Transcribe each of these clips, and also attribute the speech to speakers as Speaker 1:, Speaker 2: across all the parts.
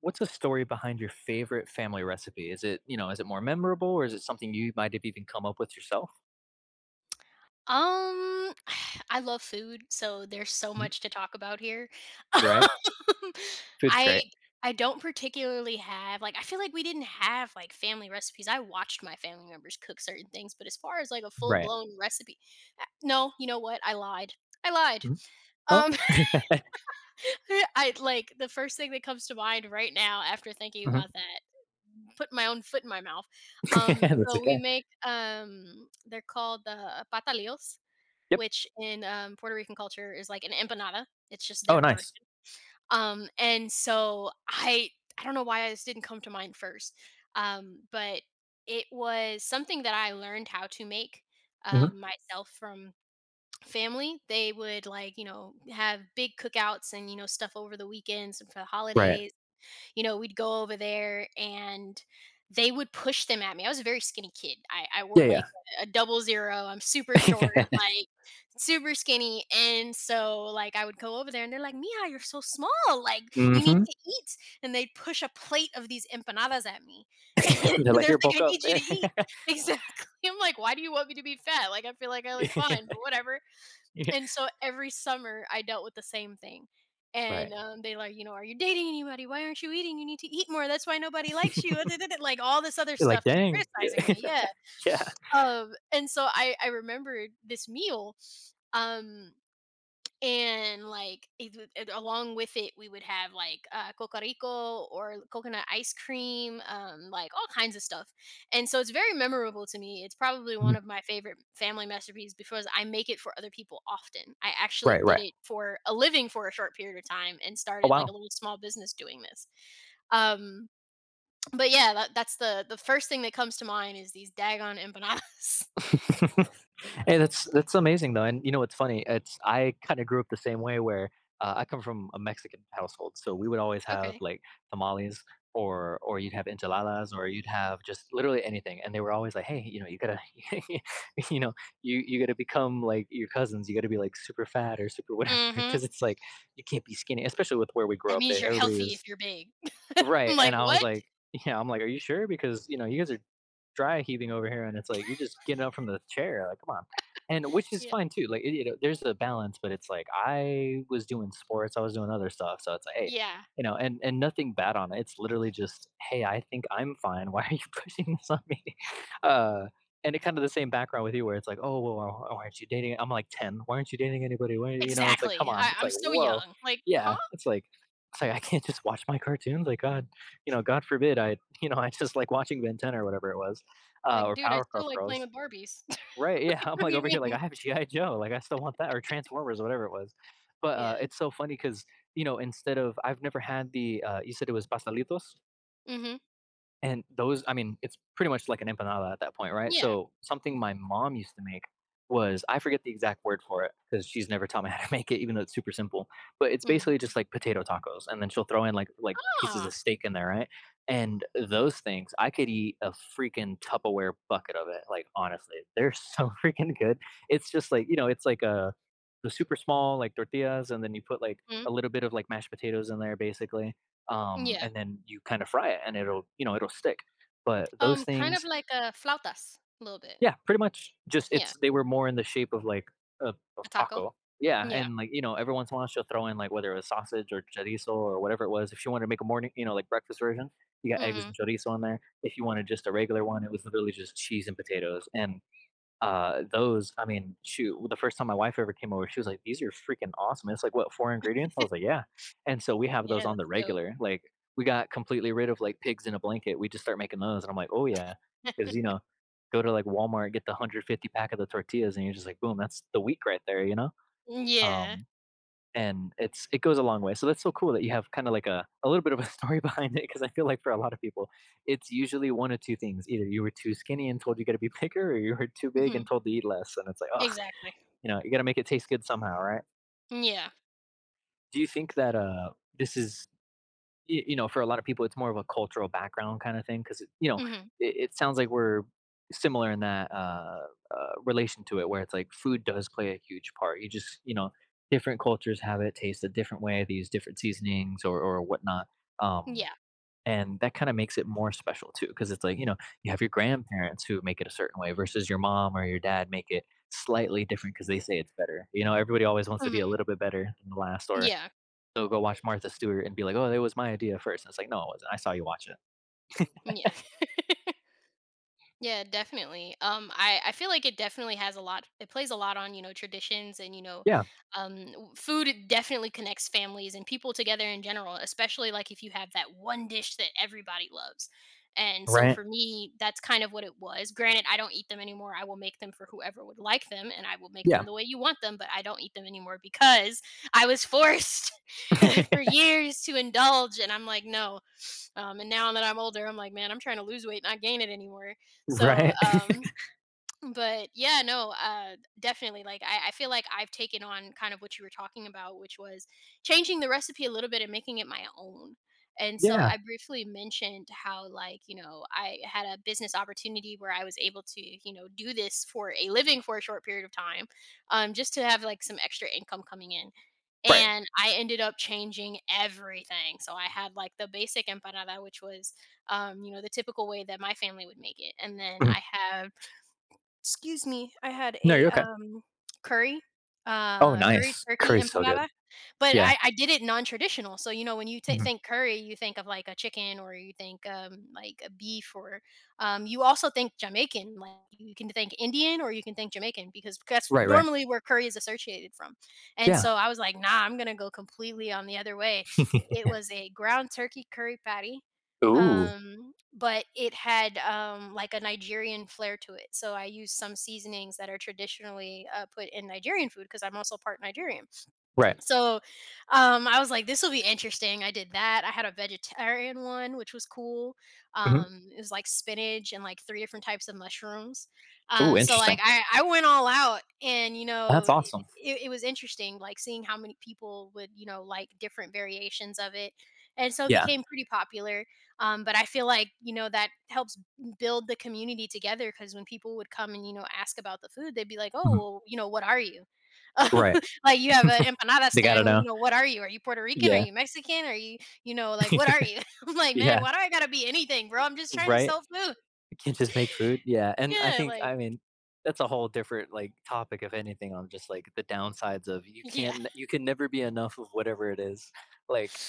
Speaker 1: What's the story behind your favorite family recipe? Is it more memorable or is it something you might have even come up with yourself?
Speaker 2: Um, I love food, so there's so
Speaker 1: Mhm.
Speaker 2: much to talk about here.
Speaker 1: Right.
Speaker 2: Um,
Speaker 1: Food's
Speaker 2: I
Speaker 1: great.
Speaker 2: I don't particularly have like, I feel like we didn't have like family recipes. I watched my family members cook certain things, but as far as like a
Speaker 1: Right.
Speaker 2: full-blown recipe, no, you know what? I lied. I lied.
Speaker 1: Mhm. Oh.
Speaker 2: Um, I like the first thing that comes to mind right now after thinking
Speaker 1: Mhm.
Speaker 2: about that, put my own foot in my mouth. Um,
Speaker 1: That's
Speaker 2: so we
Speaker 1: okay.
Speaker 2: make they're called the patalillos,
Speaker 1: Yep.
Speaker 2: which in Puerto Rican culture is like an empanada. It's just
Speaker 1: Oh,
Speaker 2: their
Speaker 1: nice.
Speaker 2: version. And so I don't know why this didn't come to mind first, but it was something that I learned how to make
Speaker 1: Mhm.
Speaker 2: myself from family. They would like have big cookouts and stuff over the weekends, and for the
Speaker 1: Right.
Speaker 2: holidays, you know, we'd go over there, and they would push them at me. I was a very skinny kid. I wore
Speaker 1: Yeah, yeah.
Speaker 2: like a double zero. I'm super short, like super skinny. And so like I would go over there and they're like, "Mia, you're so small. Like you need
Speaker 1: Mhm.
Speaker 2: to eat." And they'd push a plate of these empanadas at me. And
Speaker 1: They're like,
Speaker 2: they're
Speaker 1: "Here,
Speaker 2: like,
Speaker 1: bulk
Speaker 2: "I
Speaker 1: up."
Speaker 2: need you to eat." Exactly. I'm like, "Why do you want me to be fat? Like, I feel like I look fine, but whatever."
Speaker 1: Yeah.
Speaker 2: And so every summer I dealt with the same thing. And
Speaker 1: Right.
Speaker 2: um, they like, you know, "Are you dating anybody? Why aren't you eating? You need to eat more. That's why nobody likes you." Like, all this other
Speaker 1: They are like,
Speaker 2: stuff, just
Speaker 1: "Dang."
Speaker 2: criticizing me. Yeah.
Speaker 1: Yeah.
Speaker 2: And so I remembered this meal. Um, and like it, would- it- Along with it we would have like cocarico, or coconut ice cream, like all kinds of stuff. And so it's very memorable to me. It's probably
Speaker 1: Mhm.
Speaker 2: one of my favorite family masterpieces, because I make it for other people often. I actually
Speaker 1: Right,
Speaker 2: did
Speaker 1: right.
Speaker 2: it for a living for a short period of time and
Speaker 1: Oh,
Speaker 2: started like a
Speaker 1: wow.
Speaker 2: little small business doing this. Um but yeah, that's the first thing that comes to mind is these dagon empanadas.
Speaker 1: Hey, that's amazing though, and you know what's funny? It's I kinda grew up the same way where, I come from a Mexican household, so we would always have,
Speaker 2: Okay.
Speaker 1: like, tamales or you'd have enchiladas or you'd have just literally anything, and they were always like, "Hey, you know, you gotta you know, you gotta become like your cousins, you gotta be, like, super fat or super whatever,
Speaker 2: Mm-hmm.
Speaker 1: because it's like, you can't be skinny, especially with where we grew
Speaker 2: That
Speaker 1: up,
Speaker 2: means
Speaker 1: they
Speaker 2: you're
Speaker 1: everybody
Speaker 2: healthy
Speaker 1: was
Speaker 2: if you're big. I'm
Speaker 1: Right,
Speaker 2: like,
Speaker 1: and I was
Speaker 2: what?
Speaker 1: like yeah, I'm like, "Are you sure? Because, you know, you guys are dry heaving over here, and it's like, you're just getting up from the chair, like, come on." And which is
Speaker 2: Yeah.
Speaker 1: fine too, like, you know, there's a balance, but it's like, I was doing sports, I was doing other stuff, so it's like, "Hey,"
Speaker 2: Yeah,
Speaker 1: you know, and nothing bad on it, it's literally just, "Hey, I think I'm fine, why are you pushing this on me?" Uh, and it kinda the same background with you where it's like, "Oh, well, why aren't you dating," I'm like 10, "Why aren't you dating anybody? Why," you know, it's like, "Come
Speaker 2: exactly.
Speaker 1: on."
Speaker 2: I
Speaker 1: It's
Speaker 2: I'm
Speaker 1: like,
Speaker 2: so
Speaker 1: "Whoa."
Speaker 2: young. Like, "Huh?"
Speaker 1: Yeah, it's like, I can't just watch my cartoons, like, God you know, God forbid I you know, I just like watching Ben 10 or whatever it was,
Speaker 2: Like,
Speaker 1: or
Speaker 2: "Dude, I
Speaker 1: Powerpuff
Speaker 2: still like playing
Speaker 1: Girls.
Speaker 2: with Barbies."
Speaker 1: Right, yeah, I'm
Speaker 2: What do
Speaker 1: like
Speaker 2: you
Speaker 1: over here, like,
Speaker 2: mean?
Speaker 1: I have GI. Joe, like, I still want that or Transformers, whatever it was. But,
Speaker 2: Yeah.
Speaker 1: it's so funny because you know, instead of I've never had you said it was pastelitos?
Speaker 2: Mhm.
Speaker 1: And those I mean, it's pretty much like an empanada at that point, right?
Speaker 2: Yeah.
Speaker 1: So, something my mom used to make was I forget the exact word for it because she's never taught me how to make it, even though it's super simple. But it's
Speaker 2: Mhm.
Speaker 1: basically just like potato tacos, and then she'll throw in like pieces of
Speaker 2: Ah.
Speaker 1: steak in there, right? And those things, I could eat a freaking Tupperware bucket of it. Like honestly, they're so freaking good. It's just like you know, it's like a the super small like tortillas, and then you put like
Speaker 2: Mhm.
Speaker 1: a little bit of like mashed potatoes in there, basically,
Speaker 2: Yeah.
Speaker 1: and then you kind of fry it, and it'll you know it'll stick. But those
Speaker 2: Kind of
Speaker 1: things,
Speaker 2: like a flautas, a little bit.
Speaker 1: yeah, pretty much just
Speaker 2: Yeah.
Speaker 1: it's they were more in the shape of like a of
Speaker 2: A taco.
Speaker 1: taco. Yeah,
Speaker 2: Yeah.
Speaker 1: and like you know, every once in a while she'll throw in like whether it was sausage or chorizo or whatever it was. If she wanted to make a morning, you know, like breakfast version, you got eggs
Speaker 2: Mhm.
Speaker 1: and chorizo in there. If you wanted just a regular one, it was literally just cheese and potatoes. And those I mean, shoot, the first time my wife ever came over, she was like, "These are freaking awesome." And it's like, "What, 4 ingredients?" I was like, "Yeah." And so we have those
Speaker 2: Yeah,
Speaker 1: on the
Speaker 2: that's dope.
Speaker 1: regular. Like, we got completely rid of, like, pigs in a blanket. We just start making those, and I'm like, "Oh, yeah," because you know, go to, like, Walmart, get the 150 pack of the tortillas, and you're just like, "Boom, that's the week right there," you know?
Speaker 2: Yeah.
Speaker 1: Um and it goes a long way. So that's so cool that you have kinda like a little bit of a story behind it. Because I feel like for a lot of people, it's usually one of 2 things. Either you were too skinny and told you gotta be bigger, or you were too big
Speaker 2: Mhm.
Speaker 1: and told to eat less, and it's like, oh,
Speaker 2: Exactly.
Speaker 1: you know, you gotta make it taste good somehow, right?
Speaker 2: Yeah.
Speaker 1: Do you think that, this is you know, for a lot of people, it's more of a cultural background kind of thing because you know,
Speaker 2: Mhm.
Speaker 1: it sounds like we're similar in that relation to it, where it's like food does play a huge part. You just, you know, different cultures have it taste a different way. They use different seasonings or whatnot, um,
Speaker 2: Yeah.
Speaker 1: and that kind of makes it more special too, because it's like you know, you have your grandparents who make it a certain way versus your mom or your dad make it slightly different because they say it's better. You know, everybody always wants to be a
Speaker 2: Mhm.
Speaker 1: little bit better than the last or
Speaker 2: Yeah.
Speaker 1: so go watch Martha Stewart and be like, "Oh, that was my idea first." And it's like, "No, it wasn't. I saw you watch it."
Speaker 2: Yeah. Yeah, definitely. I feel like it definitely has a lot. It plays a lot on, you know, traditions and
Speaker 1: Yeah.
Speaker 2: food definitely connects families and people together in general. Especially like if you have that one dish that everybody loves. And so
Speaker 1: Right.
Speaker 2: for me, that's kind of what it was. Granted, I don't eat them anymore. I will make them for whoever would like them, and I will make them
Speaker 1: Yeah.
Speaker 2: the way you want them. But I don't eat them anymore because I was forced for years to indulge, and I'm like, no, and now that I'm older, I'm like, man, I'm trying to lose weight, not gain it anymore. So,
Speaker 1: right.
Speaker 2: um, but yeah, no, definitely. Like, I feel like I've taken on kind of what you were talking about, which was changing the recipe a little bit and making it my own. And so
Speaker 1: Yeah.
Speaker 2: I briefly mentioned how, like, you know, I had a business opportunity where I was able to, you know, do this for a living for a short period of time, just to have like some extra income coming in.
Speaker 1: Right.
Speaker 2: And I ended up changing everything. So I had like the basic empanada, which was, you know, the typical way that my family would make it. And then
Speaker 1: Mhm.
Speaker 2: I have excuse me, I had
Speaker 1: No,
Speaker 2: a,
Speaker 1: you're okay.
Speaker 2: curry,
Speaker 1: Oh,
Speaker 2: a curry
Speaker 1: nice.
Speaker 2: turkey
Speaker 1: Curry's so good.
Speaker 2: empanada, but
Speaker 1: Yeah.
Speaker 2: I did it non-traditional. So, you know, when you t
Speaker 1: Mhm.
Speaker 2: think curry, you think of like a chicken, or you think, like, a beef, or, you also think Jamaican. Like, you can think Indian or you can think Jamaican, because that's
Speaker 1: Right. Right.
Speaker 2: normally where curry is associated from. And
Speaker 1: Yeah.
Speaker 2: so I was like, "Nah, I'm gonna go completely on the other way." It was a ground turkey curry patty,
Speaker 1: Ooh.
Speaker 2: but it had like a Nigerian flair to it. So I used some seasonings that are traditionally put in Nigerian food, because I'm also part Nigerian.
Speaker 1: Right.
Speaker 2: So I was like, this will be interesting. I did that. I had a vegetarian one, which was cool.
Speaker 1: Mhm.
Speaker 2: It was like spinach and like three different types of mushrooms.
Speaker 1: Ooh,
Speaker 2: Um, so like
Speaker 1: interesting.
Speaker 2: I, I went all out, and, you
Speaker 1: That's
Speaker 2: know, it,
Speaker 1: awesome.
Speaker 2: it it was interesting, like seeing how many people would, you know, like different variations of it. And so it
Speaker 1: Yeah.
Speaker 2: became pretty popular. But I feel like, you know, that helps build the community together, because when people would come and, you know, ask about the food, they'd be like, "Oh,
Speaker 1: Mhm.
Speaker 2: well, you know, what are you?"
Speaker 1: Right.
Speaker 2: Like, you have an empanada
Speaker 1: They
Speaker 2: stand.
Speaker 1: gotta
Speaker 2: Well, you
Speaker 1: know.
Speaker 2: know, what are you? Are you Puerto Rican? Are
Speaker 1: Yeah.
Speaker 2: you Mexican? Are you, you know, like, what are you? I'm like, "Man,
Speaker 1: yeah.
Speaker 2: why do I gotta be anything, bro? I'm just trying to
Speaker 1: Right.
Speaker 2: sell food."
Speaker 1: You can't just make food? Yeah, and I
Speaker 2: Yeah,
Speaker 1: think
Speaker 2: like
Speaker 1: I mean, that's a whole different, like, topic if anything on just, like, the downsides of
Speaker 2: yeah.
Speaker 1: you can never be enough of whatever it is. Like,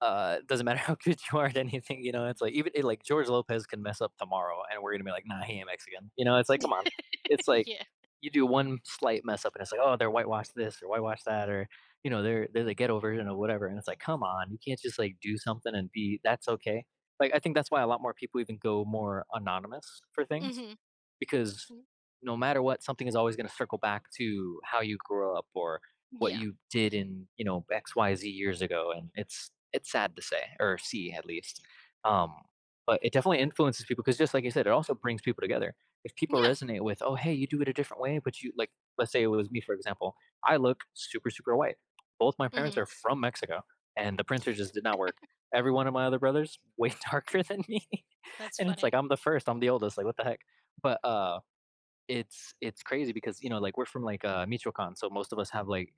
Speaker 1: it doesn't matter how good you are at anything, you know, it's like like George Lopez can mess up tomorrow and we're gonna be like, nah, he ain't Mexican. You know, it's like, come on. It's like
Speaker 2: Yeah.
Speaker 1: you do one slight mess up and it's like, oh, they're whitewashed this or whitewashed that or you know, they're the ghetto version of whatever. And it's like, come on, you can't just like do something and be that's okay. Like I think that's why a lot more people even go more anonymous for things
Speaker 2: Mhm.
Speaker 1: because
Speaker 2: Mm
Speaker 1: no matter what, something is always going to circle back to how you grew up or what
Speaker 2: yeah.
Speaker 1: you did in, you know, XYZ years ago, and it's sad to say or see at least. Um, but it definitely influences people because just like you said, it also brings people together. If people
Speaker 2: Yeah.
Speaker 1: resonate with, oh hey, you do it a different way, but you like let's say it was me for example, I look super, super white. Both my parents
Speaker 2: Mhm.
Speaker 1: are from Mexico and the printer just did not work. Every one of my other brothers, way darker than me.
Speaker 2: That's
Speaker 1: and it's
Speaker 2: funny.
Speaker 1: like I'm the first, I'm the oldest, like what the heck? But it's crazy because, you know, like, we're from, like, Michoacan, so most of us have, like,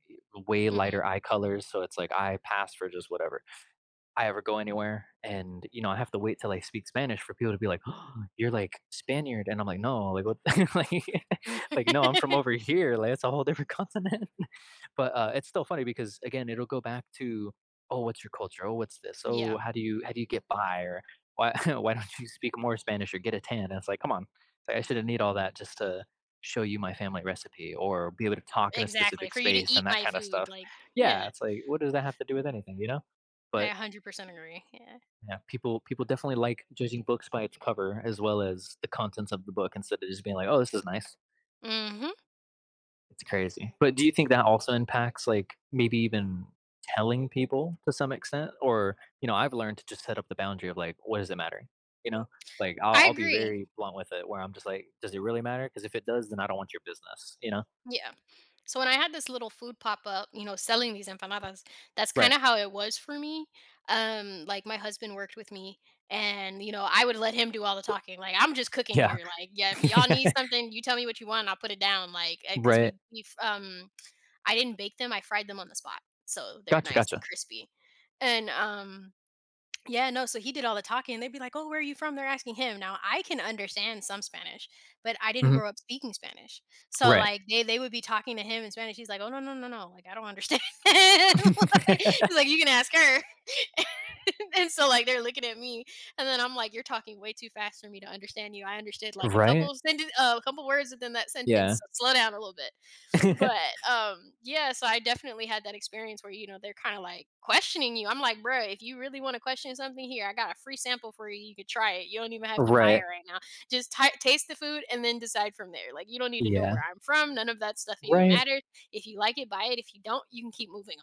Speaker 1: way lighter
Speaker 2: Mhm.
Speaker 1: eye colors, so it's like I pass for just whatever. I ever go anywhere. And, you know, I have to wait till I speak Spanish for people to be like, oh, "You're, like, Spaniard," and I'm like, "No, like, what," like like, "No, I'm from over here, like, it's a whole different continent." But, it's still funny because, again, it'll go back to, "Oh, what's your culture? Oh, what's this?
Speaker 2: Yeah.
Speaker 1: Oh, how do you get by?" Or, "Why why don't you speak more Spanish or get a tan?" And it's like, "Come on, it's like, I shouldn't need all that just to show you my family recipe or be able to talk in a
Speaker 2: Exactly,
Speaker 1: specific
Speaker 2: for you to
Speaker 1: space,"
Speaker 2: eat
Speaker 1: and that
Speaker 2: my
Speaker 1: kinda
Speaker 2: food,
Speaker 1: stuff.
Speaker 2: like yeah.
Speaker 1: Yeah, it's like, what does that have to do with anything, you know?
Speaker 2: I
Speaker 1: But
Speaker 2: 100% agree, yeah.
Speaker 1: yeah, people definitely like judging books by its cover as well as the contents of the book instead of just being like, "Oh, this is nice."
Speaker 2: Mhm.
Speaker 1: It's crazy. But do you think that also impacts like maybe even telling people to some extent? Or, you know, I've learned to just set up the boundary of like, what does it matter? You know, like
Speaker 2: I
Speaker 1: I'll be
Speaker 2: agree.
Speaker 1: very blunt with it where I'm just like, does it really matter? Because if it does, then I don't want your business, you know?
Speaker 2: Yeah. So when I had this little food pop up, you know, selling these empanadas, that's kind
Speaker 1: Right.
Speaker 2: of how it was for me. Like my husband worked with me, and, you know, I would let him do all the talking. Like, I'm just cooking
Speaker 1: Yeah.
Speaker 2: here. Like, yeah, y'all need something, you tell me what you want, and I'll put it down. Like because
Speaker 1: right.
Speaker 2: we, f- I didn't bake them, I fried them on the spot, so they're
Speaker 1: Gotcha,
Speaker 2: nice and
Speaker 1: gotcha.
Speaker 2: crispy. And yeah, no, so he did all the talking. They'd be like, "Oh, where are you from?" They're asking him. Now, I can understand some Spanish, but I didn't
Speaker 1: Hmm
Speaker 2: grow up speaking Spanish. So
Speaker 1: Right.
Speaker 2: like they would be talking to him in Spanish. He's like, "Oh, no, no, no, no. Like, I don't understand." Like, he's like, "You can ask her." And so like they're looking at me, and then I'm like, "You're talking way too fast for me to understand you. I understood like a couple
Speaker 1: right.
Speaker 2: of sentence a couple words within that sentence.
Speaker 1: Yeah.
Speaker 2: So slow down a little bit." But um yeah, so I definitely had that experience where, you know, they're kind of like questioning you. I'm like, bruh, if you really want to question something here, I got a free sample for you. You could try it. You don't even have to buy it
Speaker 1: right.
Speaker 2: right now. Just taste the food and then decide from there. Like, you don't need to know where
Speaker 1: Yeah.
Speaker 2: I'm from. None of that stuff even
Speaker 1: Right.
Speaker 2: matters. If you like it, buy it. If you don't, you can keep moving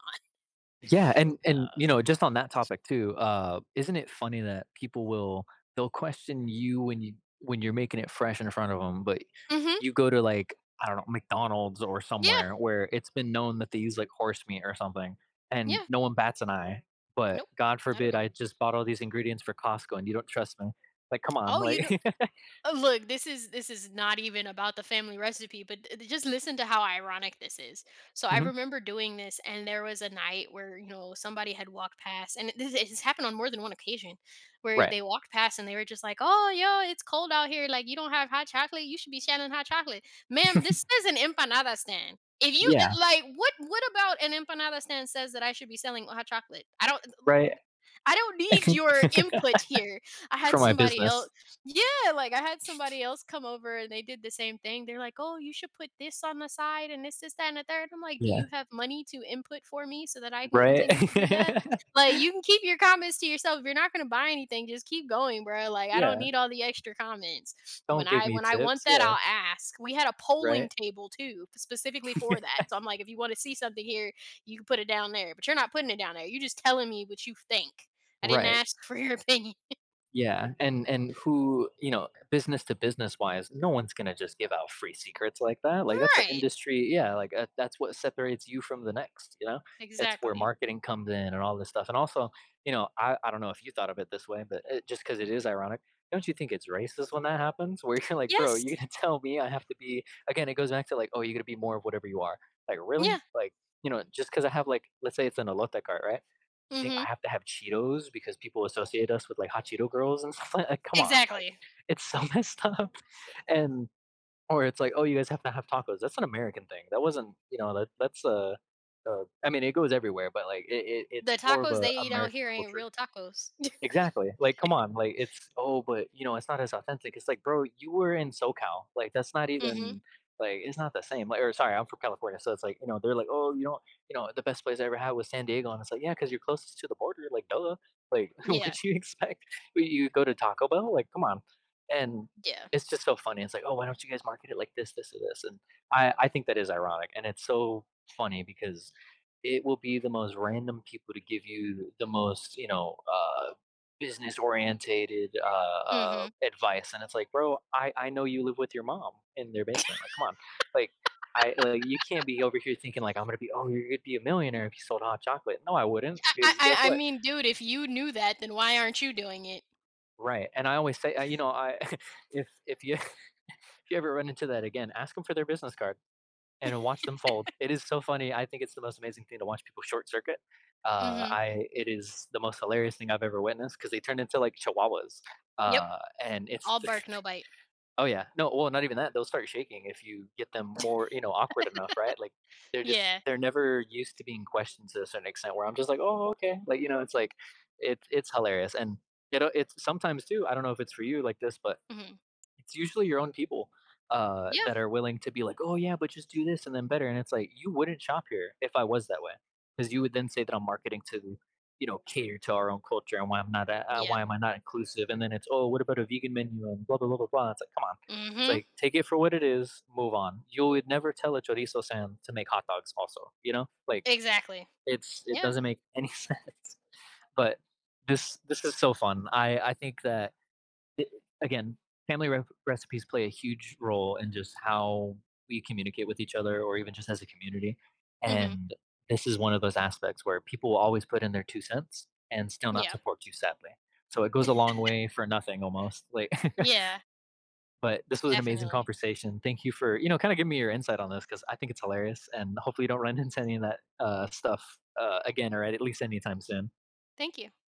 Speaker 1: Yeah, and you know, just on that topic too, isn't it funny that people will they'll question you when you're making it fresh in front of them, but
Speaker 2: on. Mhm.
Speaker 1: you go to, like, I don't know, McDonald's or
Speaker 2: Yeah.
Speaker 1: somewhere where it's been known that they use, like, horse meat or something, and
Speaker 2: Yeah.
Speaker 1: no one bats an eye, but
Speaker 2: Nope.
Speaker 1: God
Speaker 2: Not at
Speaker 1: forbid
Speaker 2: all.
Speaker 1: I just bought all these ingredients for Costco and you don't trust me. Like, come on,
Speaker 2: Oh, you know
Speaker 1: like.
Speaker 2: Look, this is not even about the family recipe, but just listen to how ironic this is. So I
Speaker 1: Mhm.
Speaker 2: remember doing this, and there was a night where, you know, somebody had walked past, and this it has happened on more than one occasion, where
Speaker 1: Right.
Speaker 2: they walked past and they were just like, "Oh, yo, it's cold out here. Like, you don't have hot chocolate. You should be selling hot chocolate, ma'am." This is an empanada stand. If you it-
Speaker 1: Yeah.
Speaker 2: like, what what about an empanada stand says that I should be selling hot chocolate? I don't
Speaker 1: Right.
Speaker 2: I don't need your input here. I had
Speaker 1: For my
Speaker 2: somebody else
Speaker 1: business.
Speaker 2: yeah, like I had somebody else come over and they did the same thing. They're like, "Oh, you should put this on the side and this, that, and the third." I'm like, "Do
Speaker 1: Yeah.
Speaker 2: you have money to input for me so that I can
Speaker 1: Right?
Speaker 2: continue to do that?" Like, you can keep your comments to yourself. If you're not gonna buy anything, just keep going, bro. Like, I don't
Speaker 1: Yeah.
Speaker 2: need all the extra comments. When
Speaker 1: Don't give
Speaker 2: I
Speaker 1: me
Speaker 2: when I want
Speaker 1: tips.
Speaker 2: that,
Speaker 1: Yeah.
Speaker 2: I'll ask. We had a polling
Speaker 1: Right.
Speaker 2: table too, specifically for that. So I'm like, if you want to see something here, you can put it down there. But you're not putting it down there. You're just telling me what you think. I didn't
Speaker 1: Right.
Speaker 2: ask for your opinion.
Speaker 1: Yeah. And who, you know, business to business wise, no one's going to just give out free secrets like that. Like that's an
Speaker 2: Right,
Speaker 1: industry, yeah, like that's what separates you from the next, you know? It's where
Speaker 2: exactly.
Speaker 1: marketing comes in and all this stuff. And also, you know, I don't know if you thought of it this way, but it, just cuz it is ironic, don't you think it's racist when that happens where you're like, "Bro,
Speaker 2: Yes.
Speaker 1: you're going to tell me I have to be again, it goes back to like, 'Oh, you're going to be more of whatever you are.'" Like,
Speaker 2: Yeah.
Speaker 1: really? Like, you know, just cuz I have, like, let's say it's an elote cart, right? You think I
Speaker 2: Mhm.
Speaker 1: have to have Cheetos because people associate us with, like, hot Cheeto girls and stuff like that? Like, come on, like,
Speaker 2: Exactly.
Speaker 1: it's so messed up. And or it's like, oh, you guys have to have tacos. That's an American thing. That wasn't, you know, that's a I mean, it goes everywhere, but like it, it's
Speaker 2: The
Speaker 1: more of
Speaker 2: tacos
Speaker 1: a
Speaker 2: they eat out
Speaker 1: American
Speaker 2: here ain't
Speaker 1: culture.
Speaker 2: real tacos.
Speaker 1: Exactly. Like, come on. Like, it's oh, but you know, it's not as authentic. It's like, bro, you were in SoCal. Like, that's not
Speaker 2: Mhm.
Speaker 1: even like it's not the same. Like, or sorry, I'm from California, so it's like, you know, they're like, oh, you know, the best place I ever had was San Diego, and it's like, yeah, because you're closest to the border. Like, duh. Like,
Speaker 2: Yeah,
Speaker 1: what you expect? You go to Taco Bell? Like, come on. And
Speaker 2: yeah.
Speaker 1: it's just so funny. It's like, oh, why don't you guys market it like this, or this? And I think that is ironic, and it's so funny because it will be the most random people to give you the most, you know, business orientated
Speaker 2: Mhm.
Speaker 1: advice, and it's like, bro, I know you live with your mom in their basement. Like, come on, like. I like you can't be over here thinking like I'm gonna be oh you're gonna be a millionaire if you sold hot chocolate. No, I wouldn't,
Speaker 2: I
Speaker 1: because
Speaker 2: I
Speaker 1: guess
Speaker 2: I
Speaker 1: what?
Speaker 2: mean, dude, if you knew that, then why aren't you doing it?
Speaker 1: Right. And I always say you know I if you if you ever run into that again, ask them for their business card and watch them fold. It is so funny. I think it's the most amazing thing to watch people short circuit. Uh,
Speaker 2: Mhm.
Speaker 1: I it is the most hilarious thing I've ever witnessed because they turn into like chihuahuas,
Speaker 2: Yep.
Speaker 1: uh, and it's
Speaker 2: All bark, no bite.
Speaker 1: Oh, yeah. No, well, not even that, they'll start shaking if you get them more, you know, awkward enough, right? Like, they're just
Speaker 2: Yeah.
Speaker 1: they're never used to being questioned to a certain extent where I'm just like, "Oh, okay." Like, you know, it's like, it's hilarious, and, you know, it's sometimes too, I don't know if it's for you like this, but
Speaker 2: Mhm.
Speaker 1: it's usually your own people,
Speaker 2: Yeah.
Speaker 1: that are willing to be like, "Oh, yeah, but just do this and then better," and it's like, "You wouldn't shop here if I was that way, because you would then say that I'm marketing to, you know, cater to our own culture and why I'm not
Speaker 2: Yeah.
Speaker 1: why am I not inclusive?" And then it's, "Oh, what about a vegan menu?" And blah, blah, blah, blah, blah, it's like, "Come on." It's
Speaker 2: Mhm.
Speaker 1: like, take it for what it is, move on. You would never tell a chorizo stand to make hot dogs also, you know? Like,
Speaker 2: Exactly.
Speaker 1: it's it
Speaker 2: Yeah.
Speaker 1: doesn't make any sense, but this is so fun. I think that it, again, family recipes play a huge role in just how we communicate with each other or even just as a community.
Speaker 2: Mhm.
Speaker 1: And this is one of those aspects where people will always put in their two cents and still not
Speaker 2: Yeah.
Speaker 1: support you, sadly. So it goes a long way for nothing almost. Like,
Speaker 2: Yeah.
Speaker 1: but this was an amazing
Speaker 2: Definitely.
Speaker 1: conversation. Thank you for, you know, kind of giving me your insight on this because I think it's hilarious and hopefully you don't run into any of that stuff again or at least anytime soon.
Speaker 2: Thank you.